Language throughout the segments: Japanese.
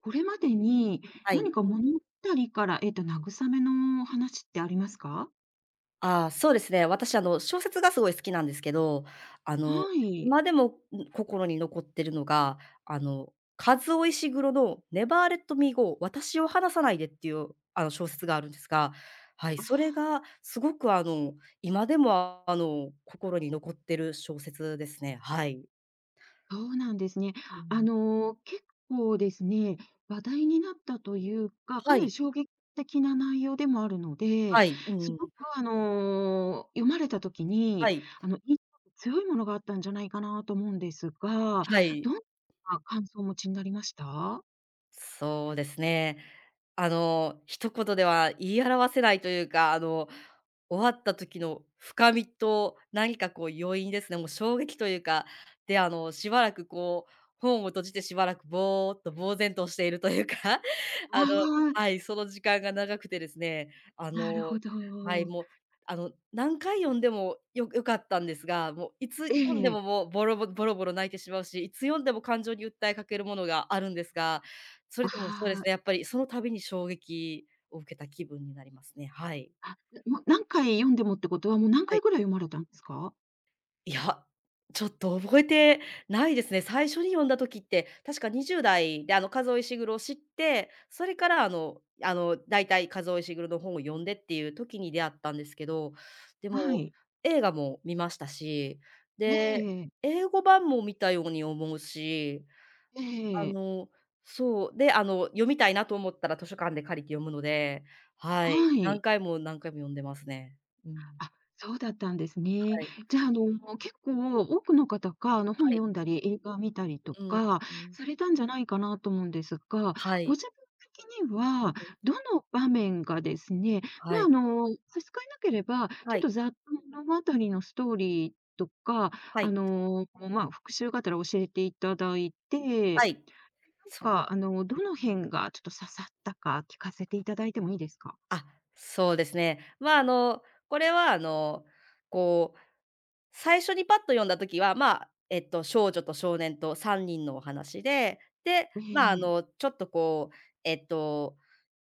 これまでにはい。何か物語から、慰めの話ってありますか？ああ、そうですね。私、小説がすごい好きなんですけど、あの、はい。今でも、心に残ってるのが、カズオ・イシグロの「Never Let Me Go 私を離さないで」っていう、小説があるんですが、はい、あそれあ。がすごく、今でも、心に残ってる小説ですね。はい。そうなんですね。うん。結構ですね、話題になったというか、かはない、り衝撃的な内容でもあるので、はい、うすん、ごく読まれた時はに、い、印象が強いものがあったんじゃないかなと思うんですが、はい。どんな感想をお持ちになりました？そうですね。一言では言い表せないというか、終わった時の深みと、何かこう余韻ですね、もう衝撃というか、で、しばらくこう、本を閉じてしばらくぼーっと呆然としているというか、ああのあ、はい、その時間が長くてですね、あなるのほはい、ど。もう、何回読んでも良かったんですが、もういつえ読んでえ。ももうボロボロボロボロ泣いてしまうし、いつ読んでも感情に訴えかけるものがあるんですが、それでもそうであすね、やあ。っぱりその度に衝撃を受けた気分になりますね。はい。あ、もう何回読んでもってことは、もう何は回い。ぐらい読まれたんですか？いや、ちょっと覚えてないですね。最初に読んだ時って、確か20代で数尾石黒を知って、それから大体数尾石黒の本を読んでっていう時に出会ったんですけど、ではも、い。映画も見ましたし、で、ええ英語版も見たように思うし、あええのそう、で、読みたいなと思ったら図書館で借りて読むので、はい、は何い。回も何回も読んでますね。うん。あ、そうだったんですね。はい、じゃあ、結構多くの方が、は本い。読んだり、映画見たりとうん、かうん。されたんじゃないかなと思うんですが、はごい。自分的にうんは、うん。どの場面がですね、はまあ、い。差し支えなければ、はちょっい。とざっと物語のストーリーとか、はい。まあ、復習がてら教えていただいてはい。なんそう。か、どうん。の辺がちょっと刺さったか聞かせていただいてもいいですか？あ、そうですね。まあ、これは、こう、最初にパッと読んだ時は、まあ、少女と少年と3人のお話で、で、まあ、ええちょっとこう、えっと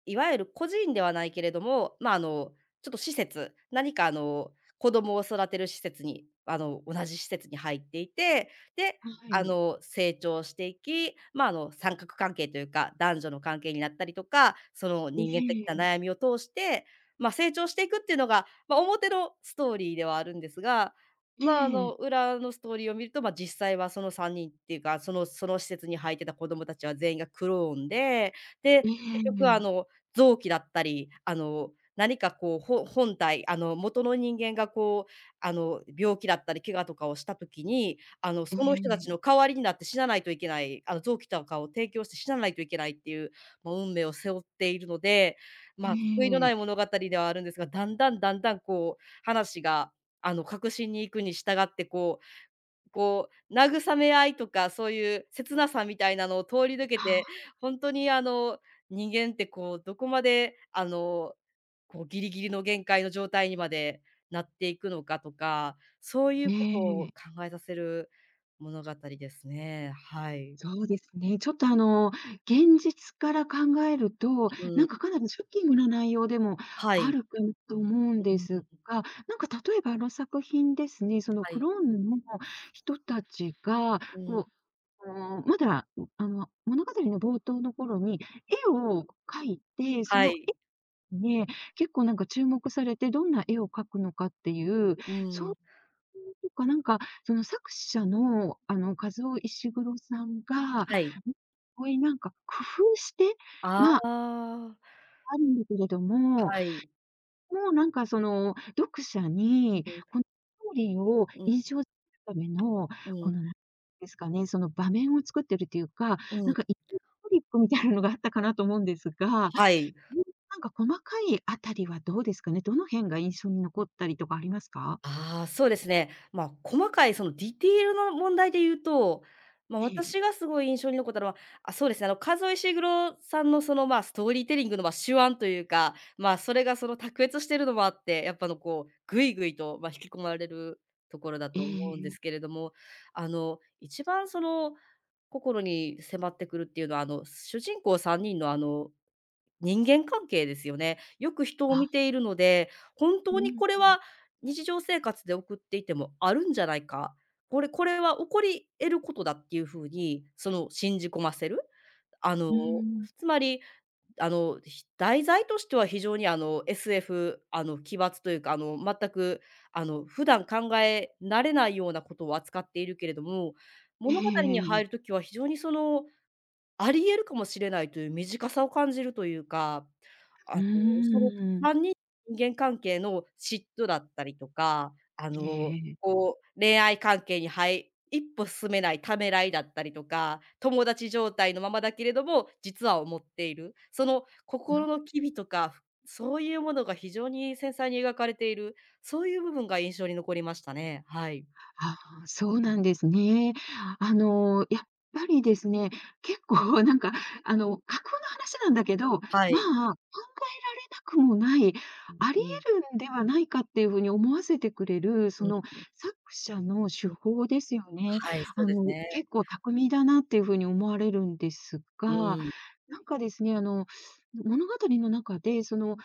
いわゆる個人ではないけれども、まあ、ちょっと施設、何か子供を育てる施設に、同じ施設に入っていて、で、はい。成長していき、まあ、三角関係というか、男女の関係になったりとか、そのえ人間的なえ、悩みを通して、まあ、成長していくっていうのが、まあ、表のストーリーではあるんですが、ええ、まあ、ええ、裏のストーリーを見ると、まあ、実際はその3人っていうか、その施設に入ってた子供たちは全員がクローンで、で、え結局え、臓器だったり、何かこう、本体、元の人間がこう、病気だったり怪我とかをした時に、えその人たちのえ、代わりになって死なないといけない、臓器とかを提供して死なないといけないっていう、まあ、運命を背負っているので、まあ、救いのない物語ではあるんですが、だんだんだんだんこう、話が、核心に行くに従ってこう、慰め合いとか、そういう切なさみたいなのを通り抜けあて、あ、ほんとに人間ってこう、どこまでこうギリギリの限界の状態にまでなっていくのかとか、そういえうことをえ。考えさせる物語ですね。はい。そうですね。ちょっと、現実から考えると、うなんん。か、かなりショッキングな内容でもはあい。るかと思うんうでん、すが、なんか、例えば、あの作品ですね、そのはクい。ローンの人たちが、うん。こうまだ、物語の冒頭の頃に絵を描いて、そはのい。絵にね、結構なんか注目されて、どんな絵を描くのかっていう、うそん。うとか、なんか、その作者の、カ尾石黒さんが、はい。こういうなんか工夫して、あまあ、あ、あるんだけれどもはい。もうなんかその、読者うん、に、このストーリーをうん、印象づけるための、うん、このなんですかね、その場面を作ってるっていうか、うなん。んかいちトリックみたいなのがあったかなと思うんですが、うん、はい。なんか細かいあたりはどうですかね？どの辺が印象に残ったりとかありますか？ああ、そうですね。まあ、細かいそのディテールの問題で言うと、まあ、ええ。私がすごい印象に残ったのは、あ、そうですね、数井詩郎さんのその、まあ、ストーリーテリングの、まあ、手腕というか、まあ、それがその卓越してるのもあって、やっぱこう、ぐいぐいと、まあ、引き込まれるところだえと思うんえでえすえ。けれども、一番その、心に迫ってくるっていうのは、主人公3人の人間関係ですよね。よく人を見あ、ているので、本う当にんこれうん。は日常生活で送っていてもあるんじゃないか、これは起こり得ることだっていうふうに、その、信じ込ませる。あの、うーん。つまり、題材としては非常に、SF、奇抜というか、全く、普段考えられないようなことを扱っているけれども、え物語にええ入るえ。ときは非常に、その、あり得るかもしれないという身近さを感じるというかあうの、そのーん。3人人間関係の嫉妬だったりとか、ええええこう、恋愛関係に一歩進めないためらいだったりとか、友達状態のままだけれども、実は思っている、そのうーんえ心えの機微とか、そういうものが非常に繊細に描かれている、そういう部分が印象に残りましたね。はい。ああ、そうなんですね。やっぱりですね、結構なんか、架空の話なんだけど、まあ、考はえい。られなくもない、ありうん得るんではないかっていうふうに思わせてくれる、そうのん作者の手うん。法ですよね。はい、そうですね。結構巧みだなっていうふうに思われるんですうが、ん。なんかですね、物語の中で、その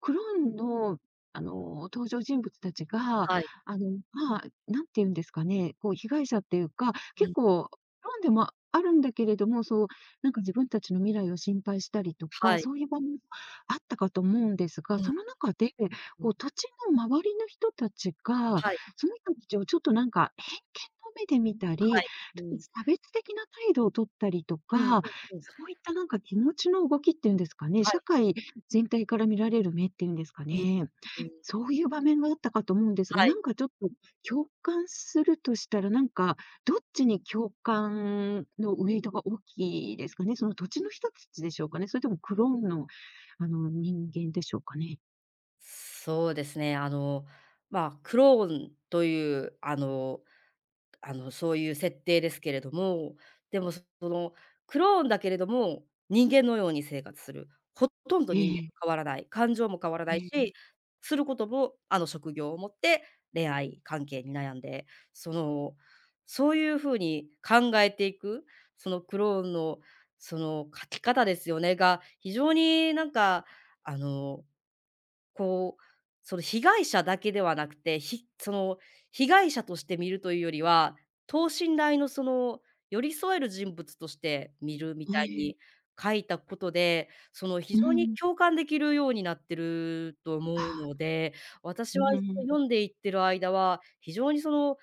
クローンの、登場人物たちが、はい。まあ、なんて言うんですかね、こう、被害者っていうか、う結ん。構、クローンでもあるんだけれども、そう、なんか自分たちの未来を心配したりとはか、い。そういう場面もあったかと思うんですうが、ん、その中で、うこん。う、土地の周りの人たちが、はい、その人たちをちょっとなんか偏見の目で見たはり、い。うちょっん。と差別的な態度を取ったりとうんうんか、うん。そういったなんか気持ちの動きっていうんですかね、は社い。会全体から見られる目っていうんですかうんね。うん。そういう場面があったかと思うんですが、はない。んかちょっと共感するとしたら、なんかどっちに共感のウエイトが大きいですかね。その土地の人たちでしょうかね。それともクローンの、人間でしょうかね。そうですね。まあ、クローンという、そういう設定ですけれども、でもその、クローンだけれども、人間のように生活する。ほとんどえ人間とえ、変わらない、感情も変わらなえいし、え、することも、職業を持って恋愛関係に悩んで、その、そういう風に考えていく、そのクローンのその書き方ですよね、が、非常になんか、あのこう、その被害者だけではなくて、その、被害者として見るというよりは、等身大のその、寄り添える人物として見るみえたいえ、に書いたことで、その、非う常にん。共感できるようになってると思うあので、私うはん。読んでいってる間は、非常にその、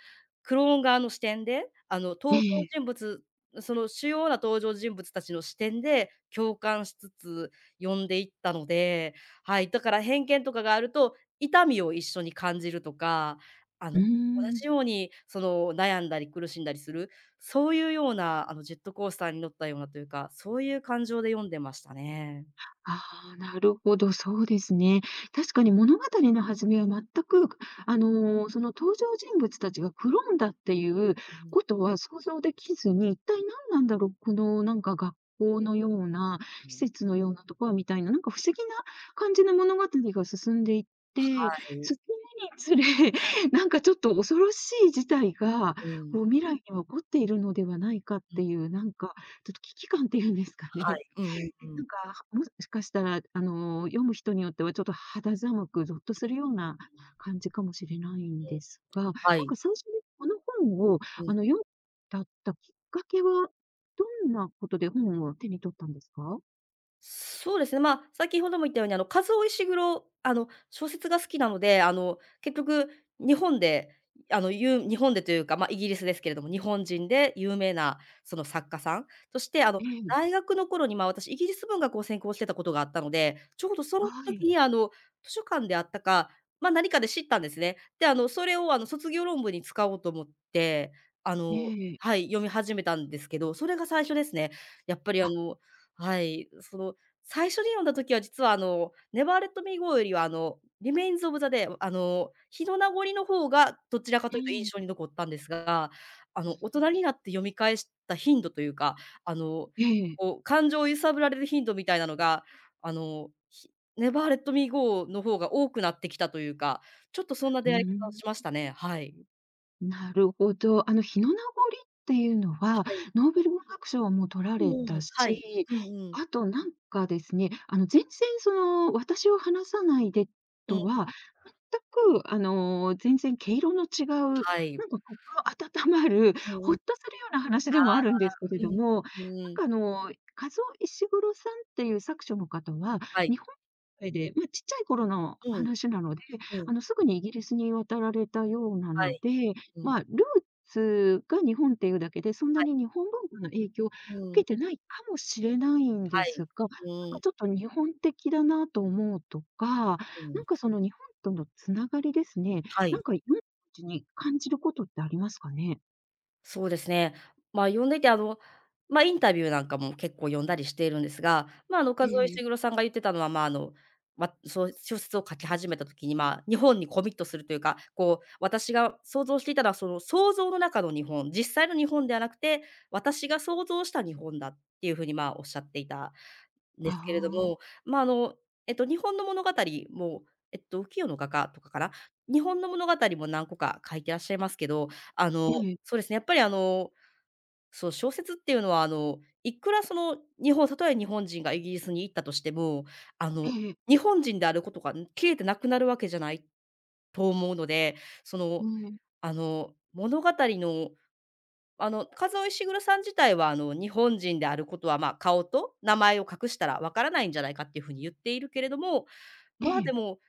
クローン側の視点で、登え場え、人物その主要な登場人物たちの視点で共感しつつ読んでいったので、はい、だから偏見とかがあると、痛みを一緒に感じるとか、あの、うー同ん。じようにその悩んだり苦しんだりする、そういうようなジェットコースターに乗ったようなというか、そういう感情で読んでましたね。ああ、なるほど、そうですね。確かに物語の始めは全く、その登場人物たちがクローンだっていううん、ことは想像できずに、一体何なんだろう、このなんか学校のような、う施ん。設のようなところみたいな、なんか不思議な感じの物語が進んでいって、進むにはい。つれ、なんかちょっと恐ろしい事態が、うん。こう未来には起こっているのではないかっうん。ていう、なんか、ちょっと危機感っていうんですかはね。い。うんうんうん。うなん。んか、もしかしたら、読む人によってはちょっと肌寒くぞっとするような感じかもしれないんですが、なんはい。か最初にこの本を、うん。読んだったきっかけは、どんなことで本を手に取ったんですか？そうですね、まあ、先ほども言ったように、カズオイシグロ小説が好きなので、結局日本で、日本でというか、まあ、イギリスですけれども、日本人で有名なその作家さんとして、ええ、大学の頃に、まあ、私イギリス文学を専攻してたことがあったので、ちょうどそはの時い、に、図書館であったか、まあ、何かで知ったんですね。で、それを、卒業論文に使おうと思って、あのえはえ。い、読み始めたんですけど、それが最初ですね。やっぱり、あ、その最初に読んだ時は実はNever Let Me Go よりはRemains of the Day、オブザデー日の名残の方がどちらかえというと印え、象に残ったんですが、大人になって読み返した頻度というか、あの、ええ。こう感情を揺さぶられる頻度みたいなのが、あの、ひ Never Let Me Go の方が多くなってきたというか、ちょっとそんなう出会いー方をしまん。したね。はい。なるほど。日の名残っていうのは、はい。ノーベル文学賞も取らうんれうん。たはい。うし、んうん。あとなんかですね、全然その、私を話さないでうん、とは、全く、全然毛色の違う、なんはい。か心温まる、うんうほん。っとするような話でもあるんですけれうどん。も、なんうんうん。か和ズ石黒さんっていう作者の方は、はい。日本で、まあ、ちっちゃい頃のうん。話なので、うん。すぐにイギリスに渡られたようなはのい。で、うん。まあ、ルーツが日本っていうだけで、そんなはにい。日本文化の影響を受うけん。てないかもしれないんはでい。すが、なんうかん、ちょっと日本的だなと思うとか、なんうん。かその日本とのつながりですね、はない。んか読んうちに感じることってありますかね？そうですね。まあ、呼んでいて、まあ、インタビューなんかも結構読んだりしているんですが、まあ、岡添え石え。黒さんが言ってたのは、まあ、わそう小説を書き始めた時に、まあ、日本にコミットするというか、こう、私が想像していたのは、その想像の中の日本、実際の日本ではなくて、私が想像した日本だっていう風に、まあ、おっしゃっていたであすけれども、あ、まあ、日本の物語も、えっと、浮世の画家とかかな、日本の物語も何個か書いてらっしゃいますけど、あの、ええ、そうですね、やっぱり、そう、小説っていうのは、いくらその日本例えば日本人がイギリスに行ったとしても、あの、ええ、日本人であることが消えてなくなるわけじゃないと思うので、そえの、え、物語のカズオイシグロさん自体は、日本人であることは、まあ、顔と名前を隠したらわからないんじゃないかっていう風に言っているけれども、えまあ、でえ、も、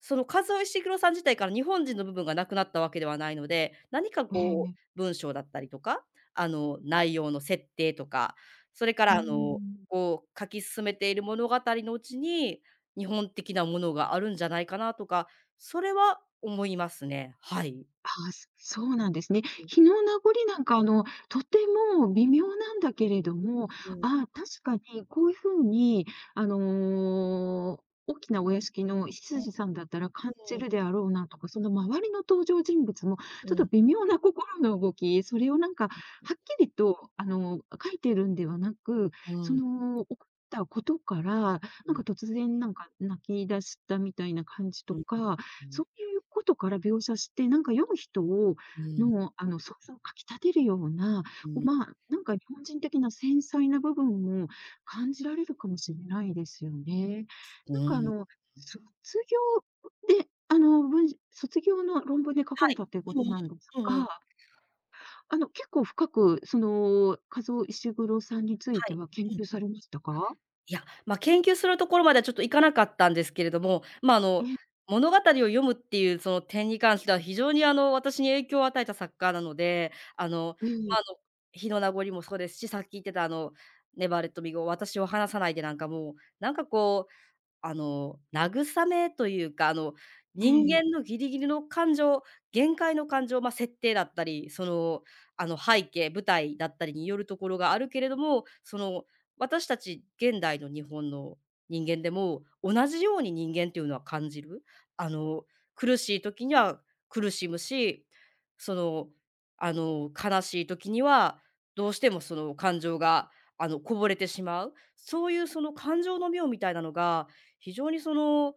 そのカズオイシグロさん自体から日本人の部分がなくなったわけではないので、何かええ、えこう、え、文章だったりとか、内容の設定とか、それかうーら、ん。こう、書き進めている物語のうちに、日本的なものがあるんじゃないかなとか、それは思いますね。はい。ああ、そそうなんですね。う日の名残なんか、とても微妙なんだけれども、ん、うん。ああ、確かにこういう風に、あの、大きなお屋敷の執事さんだったらう感じん、るであろうなとか、その周りの登場人物も、うちょっん、と微妙な心の動き、それをなんか、はっきりと、書いてるんではなく、うん、そうん。の、起こったことから、なんか突然なんか泣き出したみたいな感じうとん、か、うそん、ういうことから描写して、なんか読む人をうん、の、想像をかき立てるような、うこう、ん、まあ、なんか日本人的な繊細な部分も感じられるかもしれないですよね。うなんかん。卒業で、文卒業の論文で書はかれい。たっていうこうとなんですんうん。うんうん。が、結構深く、その、カゾウ・さんについはてい。は研うん。究されましたか？いや、ま、研究するところまではちょっといかなかったんですけれども、ま、ええ、物語を読むっていうその点に関しては非常に私に影響を与えた作家なので、えま、え、火の名残もそうですし、さっき言ってたネバーレット・ミーゴー、私を離さないでなんかもう、なんかこう慰めというか、え人え、間のギリギリの感情、限界の感情、ま、設定だったり、その、背景、舞台だったりによるところがあるけれども、その、私たち現代の日本の人間でも、同じように人間っていうのは感じる。あの、苦しい時には苦しむし、その、悲しい時には、どうしてもその感情が、こぼれてしまう。そういうその感情の妙みたいなのが非常にその、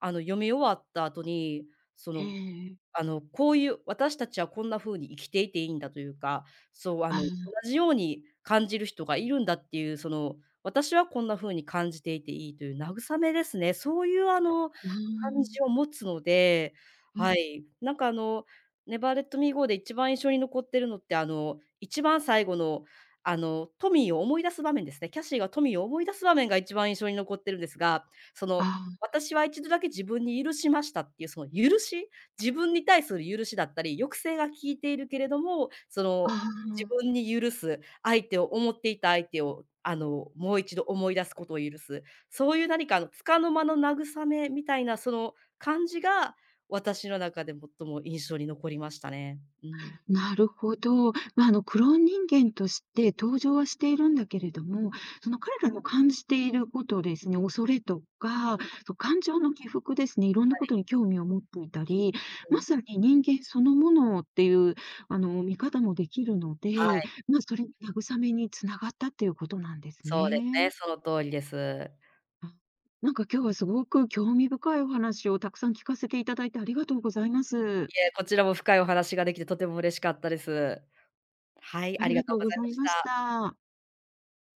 読み終わった後に、そえのえ。こういう、私たちはこんな風に生きていていいんだというか、そう、同あじように感じる人がいるんだっていう、その、私はこんな風に感じていていいという慰めですね。そういうあ、感じを持つので、うはん。い。なんかネバーレットミーゴーで一番印象に残ってるのって、一番最後の、トミーを思い出す場面ですね。キャシーがトミーを思い出す場面が一番印象に残ってるんですが、その、あ私は一度だけ自分に許しましたっていうその許し自分に対する許しだったり、抑制が効いているけれども、そあ、の、あ自あ。分に許す、相手を思っていた相手を、もう一度思い出すことを許す、そういう何か束の間の慰めみたいな、その感じが、私の中で最も印象に残りましたね。うん、なるほど。まあ、クローン人間として登場はしているんだけれども、その彼らの感じていることですね、恐れとか、そう感情の起伏ですね、いろんなことに興味を持っていたり、うまん。さに人間そのものっていう、見方もできるのはで、い、まあ、それが慰めにつながったっていうことなんですそうですね、ね。その通りです。あ、なんか今日はすごく興味深いお話をたくさん聞かせていただいてありがとうございまいす。え、こちらも深いお話ができてとても嬉しかったです。はい、あありりががととううごございざまいしました。た。